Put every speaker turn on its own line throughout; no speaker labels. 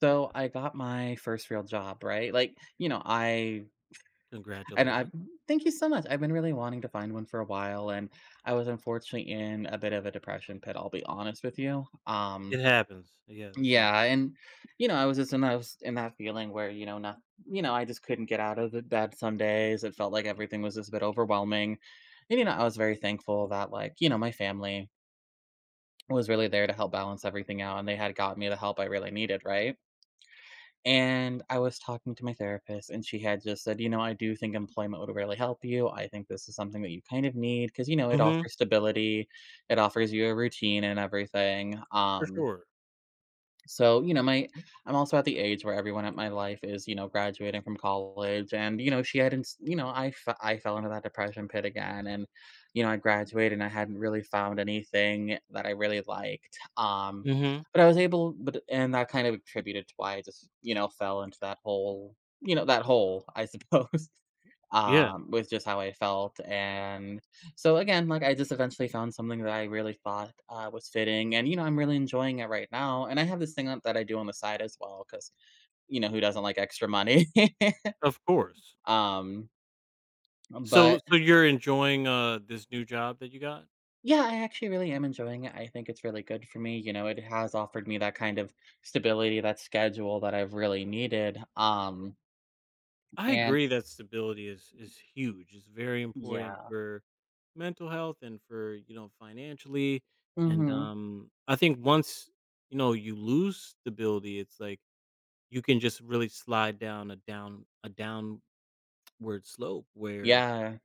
So I got my first real job, right? Like, you know, I and I
Congratulations.
thank you so much. I've been really wanting to find one for a while and I was unfortunately in a bit of a depression pit, I'll be honest with you.
It happens. Yeah, that's un.
Yeah, and you know, I was just in those in that feeling where, you know, not you know, I just couldn't get out of the bed some days. It felt like everything was just a bit overwhelming. And you know, I was very thankful that you know, my family was really there to help balance everything out and they had got me the help I really needed, right? And I was talking to my therapist, and she had just said, "You know, I do think employment would really help you. I think this is something that you kind of need because, you know, it
Mhm.
offers stability, it offers you a routine and everything."
For sure.
So, you know, my I'm also at the age where everyone at my life is, you know, graduating from college and you know, she hadn't, s- you know, I fe- I fell into that depression pit again and you know, I graduated and I hadn't really found anything that I really liked.
Mhm.
But I was able but and that kind of attributed to why I just, you know, fell into that hole, I suppose
Yeah,
with just how I felt, and so again, I just eventually found something that I really thought, was fitting, and, you know, I'm really enjoying it right now, and I have this thing on that I do on the side as well, because you know, who doesn't like extra money?
of course.
Um,
So
but,
so you're enjoying, this new job that you got?
yeah, I actually really am enjoying it. I think it's really good for me. You know, it has offered me that kind of stability, that schedule that I've really needed.
I
And
agree that stability is huge. It's very important
yeah.
for mental health and for, you know, financially, and,
Mhm.
I think once, you know, you lose stability, it's like you can just really slide down a downward slope where
Yeah.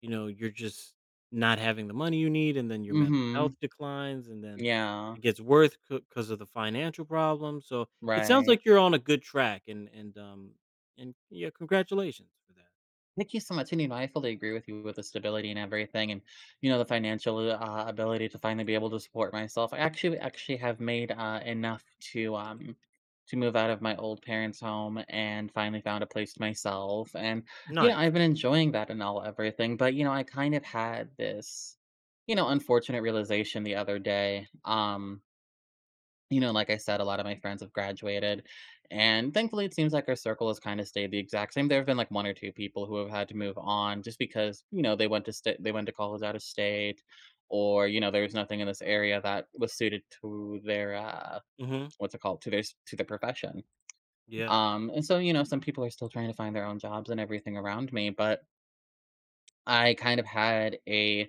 you know, you're just not having the money you need, and then your mental
Mhm.
health declines, and then
Yeah.
it gets worse because of the financial problem. So it sounds
Right.
like you're on a good track, and and yeah, congratulations for that.
Thank you so much, and, you know, I fully agree with you with the stability and everything and, you know, the financial, ability to finally be able to support myself. I actually have made, enough to, um to move out of my old parents' home and finally found a place myself, and, you know,
Nice.
I've been enjoying that and all everything, but, you know, I kind of had this, you know, unfortunate realization the other day. You know, like I said, a lot of my friends have graduated, and thankfully, it seems like our circle has kind of stayed the exact same. There have been like one or two people who have had to move on just because you know they went to state, they went to college out of state, or you know there was nothing in this area that was suited to their
Hmm.
what's it called to their to their profession.
Yeah.
And so you know, some people are still trying to find their own jobs and everything around me, but I kind of had a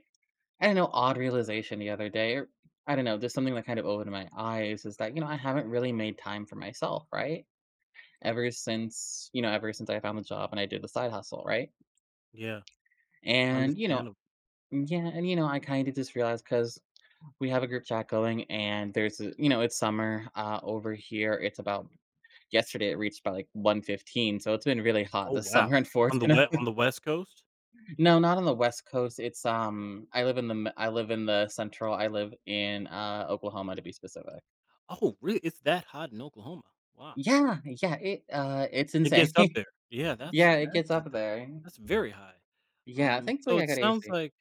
I don't know, odd realization the other day, I don't know, just something that kind of opened my eyes is that, you know, I haven't really made time for myself, right? Ever since I found the job and I did the side hustle, right?
Yeah.
And, you know,
Understandable.
yeah, and you know, I kind of just realized because we have a group chat going, and there's, a, you know, it's summer over here. It's about yesterday. It reached about like 1:15, so it's been really hot
Oh
this summer.
wow. On the
Unfortunately,
West Coast.
no, not on the West Coast. It's I live in the I live in the Central. I live in Oklahoma to be specific.
Oh really? It's that hot in Oklahoma. Wow.
Yeah, yeah, it, it's
It
insane.
gets up there. Yeah. That's
Yeah, it gets
that's
up there.
that's very high.
Yeah,
So
thankfully, I
it
got
sounds
AC.
like.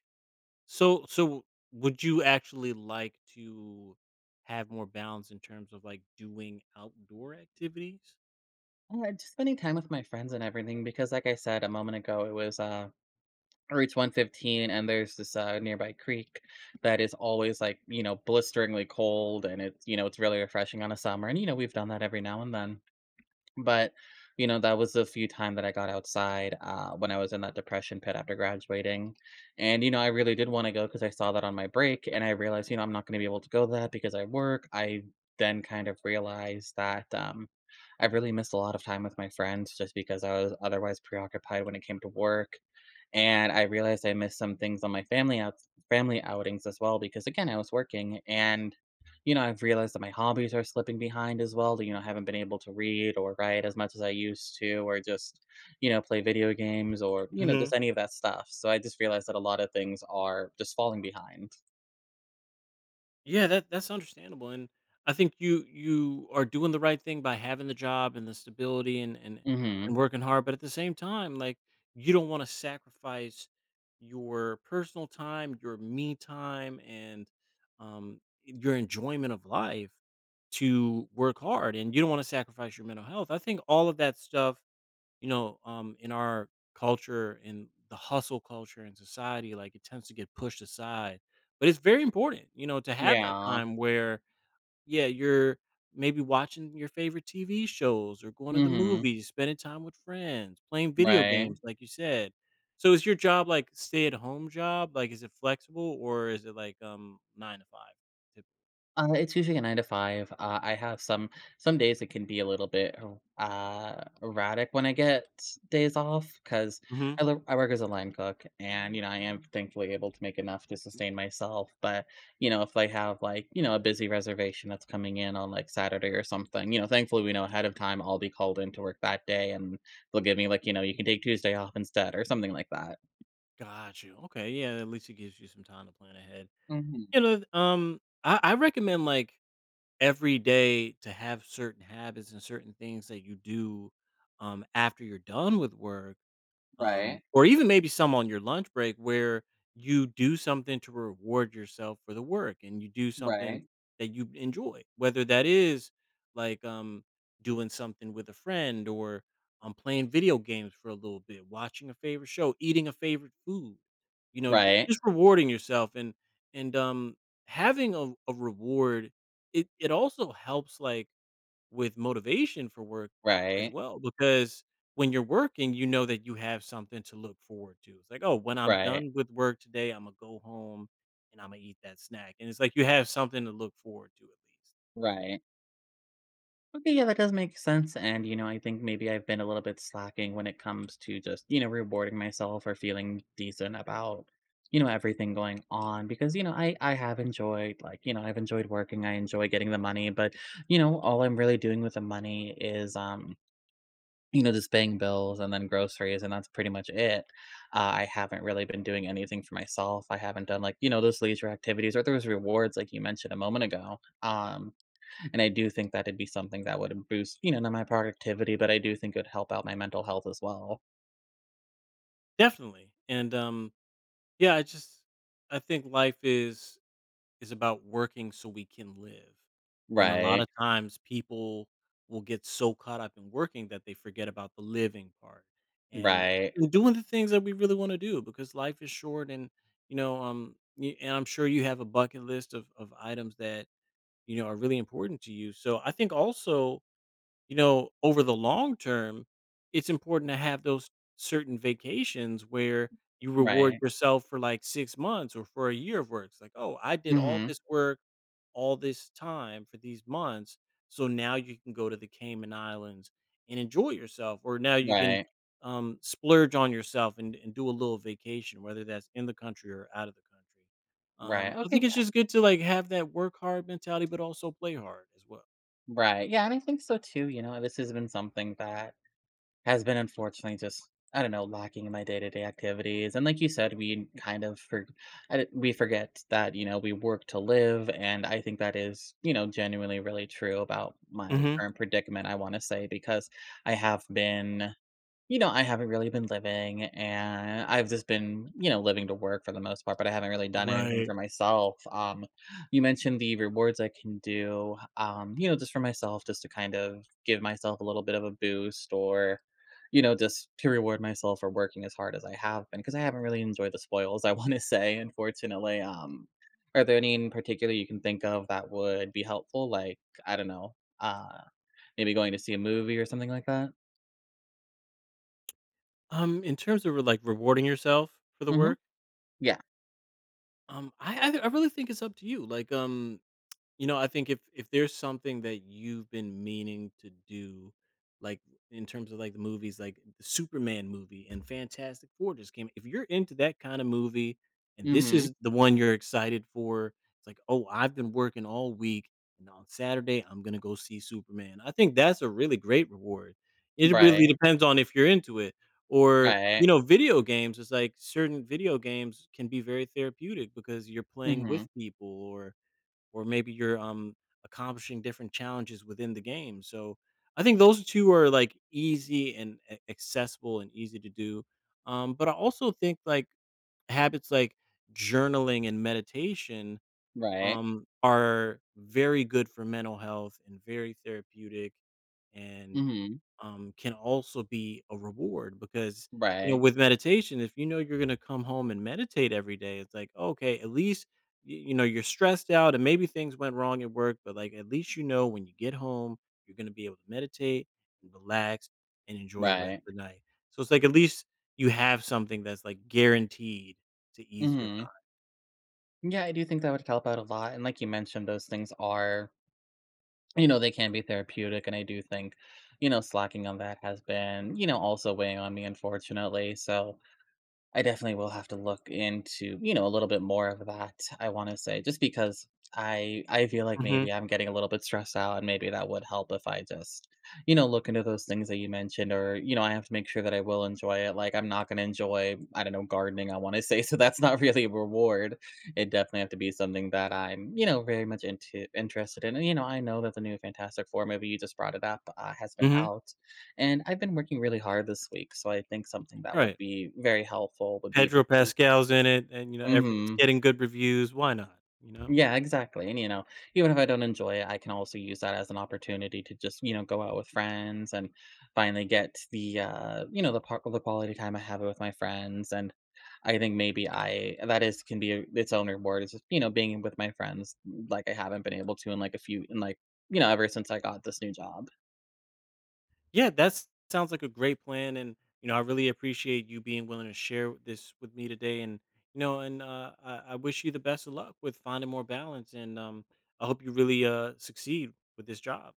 So would you actually like to have more balance in terms of, like, doing outdoor activities?
Just spending time with my friends and everything because like I said a moment ago, it was, Routes 115 and there's this, nearby creek that is always, like, you know, blisteringly cold and it's, you know, it's really refreshing on a summer and, you know, we've done that every now and then. But, you know, that was the few time that I got outside, when I was in that depression pit after graduating, and, you know, I really did wanna go go because I saw that on my break, and I realized, you know, I'm not gonna be able to go to that because I work. I then kind of realized that, I really missed a lot of time with my friends just because I was otherwise preoccupied when it came to work, and I realized I missed some things on my family outings as well because again, I was working and you know, I've realized that my hobbies are slipping behind as well. You know, I haven't been able to read or write as much as I used to, or just, you know, play video games or, you know,
Mhm.
just any of that stuff. So I just realized that a lot of things are just falling behind.
Yeah, that's understandable, and I think you are doing the right thing by having the job and the stability and and
Hmm.
working hard, but at the same time, like, you don't wanna sacrifice your personal time, your me time, and, um, your enjoyment of life to work hard, and you don't wanna sacrifice your mental health. I think all of that stuff, you know, in our culture, in the hustle culture in society, like it tends to get pushed aside. But it's very important, you know, to have that
Yeah.
time where, yeah, you're maybe watching your favorite TV shows or going to the
Hmm.
movies, spending time with friends, playing video
Right.
games, like you said. So is your job like stay at home job? Like, is it flexible or is it like nine to five?
It's usually a 9 to 5. I have some days it can be a little bit erratic when I get days off because
Mm-hmm.
I work as a line cook and, you know, I am thankfully able to make enough to sustain myself, but, you know, if I have, like, you know, a busy reservation that's coming in on, like, Saturday or something, you know, thankfully we know ahead of time I'll be called in to work that day, and they'll give me, like, you know, "You can take Tuesday off instead," or something like that.
Got you. Okay, yeah. At least it gives you some time to plan ahead.
Mhm.
You know, I recommend, like, every day, to have certain habits and certain things that you do, after you're done with work,
Right.
or even maybe some on your lunch break where you do something to reward yourself for the work, and you do something
Right.
that you enjoy, whether that is like, doing something with a friend, or playing video games for a little bit, watching a favorite show, eating a favorite food,
Right.
just rewarding yourself, and and um, having a reward. It also helps, like, with motivation for work as
Right.
well, because when you're working, you know that you have something to look forward to. It's like, "Oh, when I'm
Right.
done with work today, Imma go home and Imma eat that snack," and it's like you have something to look forward to at least.
Right. Okay, yeah, that does make sense. And, you know, I think maybe I've been a little bit slacking when it comes to just, you know, rewarding myself or feeling decent about, you know, everything going on because, you know, I have enjoyed you know, I've enjoyed working, I enjoy getting the money, but, you know, all I'm really doing with the money is you know, just paying bills and then groceries and that's pretty much it. I haven't really been doing anything for myself. I haven't done like, you know, those leisure activities or those rewards like you mentioned a moment ago. And I do think that it'd be something that would boost, you know, not my productivity, but I do think it would help out my mental health as well.
Definitely, and, yeah, I just, I think life is about working so we can live. And a lot
Right.
of times people will get so caught up in working that they forget about the living part, and
Right.
doing the things that we really want to do, because life is short, and you know and I'm sure you have a bucket list of items that, you know, are really important to you. So I think also, you know, over the long term, it's important to have those certain vacations where you reward
Right.
yourself for like 6 months or for a year of work. It's like, "Oh, I did all
Mhm.
this work, all this time for these months, so now you can go to the Cayman Islands and enjoy yourself, or now you can,
Right.
splurge on yourself and do a little vacation," whether that's in the country or out of the country.
Right.
I think
Okay.
it's
Yeah.
just good to, like, have that work hard mentality, but also play hard as well.
Right. Yeah. And I think so too. You know, this has been something that has been unfortunately just, I don't know, lacking in my day to day activities. And like you said, we we forget that, you know, we work to live. And I think that is, you know, genuinely really true about my
Mhm.
current predicament, I want to say, because I have been You know, I haven't really been living and I've just been, you know, living to work for the most part, but I haven't really done anything
Right.
for myself. You mentioned the rewards I can do, you know, just for myself, just to kind of give myself a little bit of a boost or, you know, just to reward myself for working as hard as I have been, because I haven't really enjoyed the spoils, I want to say, unfortunately. Are there any in particular you can think of that would be helpful? Like, I don't know, maybe going to see a movie or something like that?
In terms of like rewarding yourself for the
Hmm.
work,
Yeah.
I really think it's up to you. Like, you know, I think if there's something that you've been meaning to do, like, in terms of like the movies, like the Superman movie and Fantastic Four just came. If you're into that kind of movie and this
Hmm.
is the one you're excited for, it's like, oh, I've been working all week and on Saturday I'm gonna go see Superman. I think that's a really great reward. It really
Right,
depends on if you're into it. Or, you
right.
know, video games is like certain video games can be very therapeutic because you're
Mm.
playing with
Mhm,
people, or maybe you're accomplishing different challenges within the game. So I think those two are like easy and accessible and easy to do. But I also think like habits like journaling and meditation,
right.
are very good for mental health and very therapeutic,
Mm.
and
Mhm,
can also be a reward, because, you know,
right,
with meditation, if you know you're going to come home and meditate every day, it's like, okay, at least, you know, you're stressed out and maybe things went wrong at work, but, like, at least you know when you get home you're going to be able to meditate and relax and enjoy the rest
right.
of the night, so it's like at least you have something that's, like, guaranteed to
Mm.
ease your
Mhm. Yeah, I do think that would help out a lot, and like you mentioned, those things are you know, they can be therapeutic, and I do think, you know, slacking on that has been, you know, also weighing on me, unfortunately, so I definitely will have to look into, you know, a little bit more of that, I wanna say, just because I feel like
mind.
maybe I'm getting a little bit stressed out, and maybe that would help if I just, you know, look into those things that you mentioned or, you know, I have to make sure that I will enjoy it, like, I'm not gonna enjoy, I don't know, gardening, I wanna say, so that's not really a reward. It definitely have to be something that I'm, you know, very much into interested in, and, you know, I know that the new Fantastic Four movie, you just brought it up, has
Hmm.
been
Hmm.
out. And I've been working really hard this week, so I think something that would
Right,
be very helpful would be
pedro
like
pascal's in it, and you know every, it's
Mhm.
getting good reviews, why not, you know.
Yeah, exactly, and, you know, even if I don't enjoy it, I can also use that as an opportunity to just, you know, go out with friends and finally get the, you know, the part of the quality time I have with my friends, and I think maybe I that is can be a, its own reward is just, you know, being with my friends like I haven't been able to in, like, you know, ever since I got this new job.
Yeah, that sounds like a great plan, and, you know, I really appreciate you being willing to share this with me today. And, you know, and I wish you the best of luck with finding more balance, and I hope you really succeed with this job.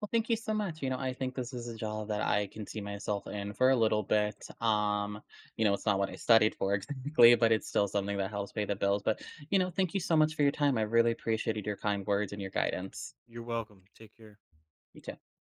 Well, thank you so much. You know, I think this is a job that I can see myself in for a little bit. You know, it's not what I studied for exactly, but it's still something that helps pay the bills. But, you know, thank you so much for your time. I really appreciated your kind words and your guidance.
You're welcome. Take care.
You too.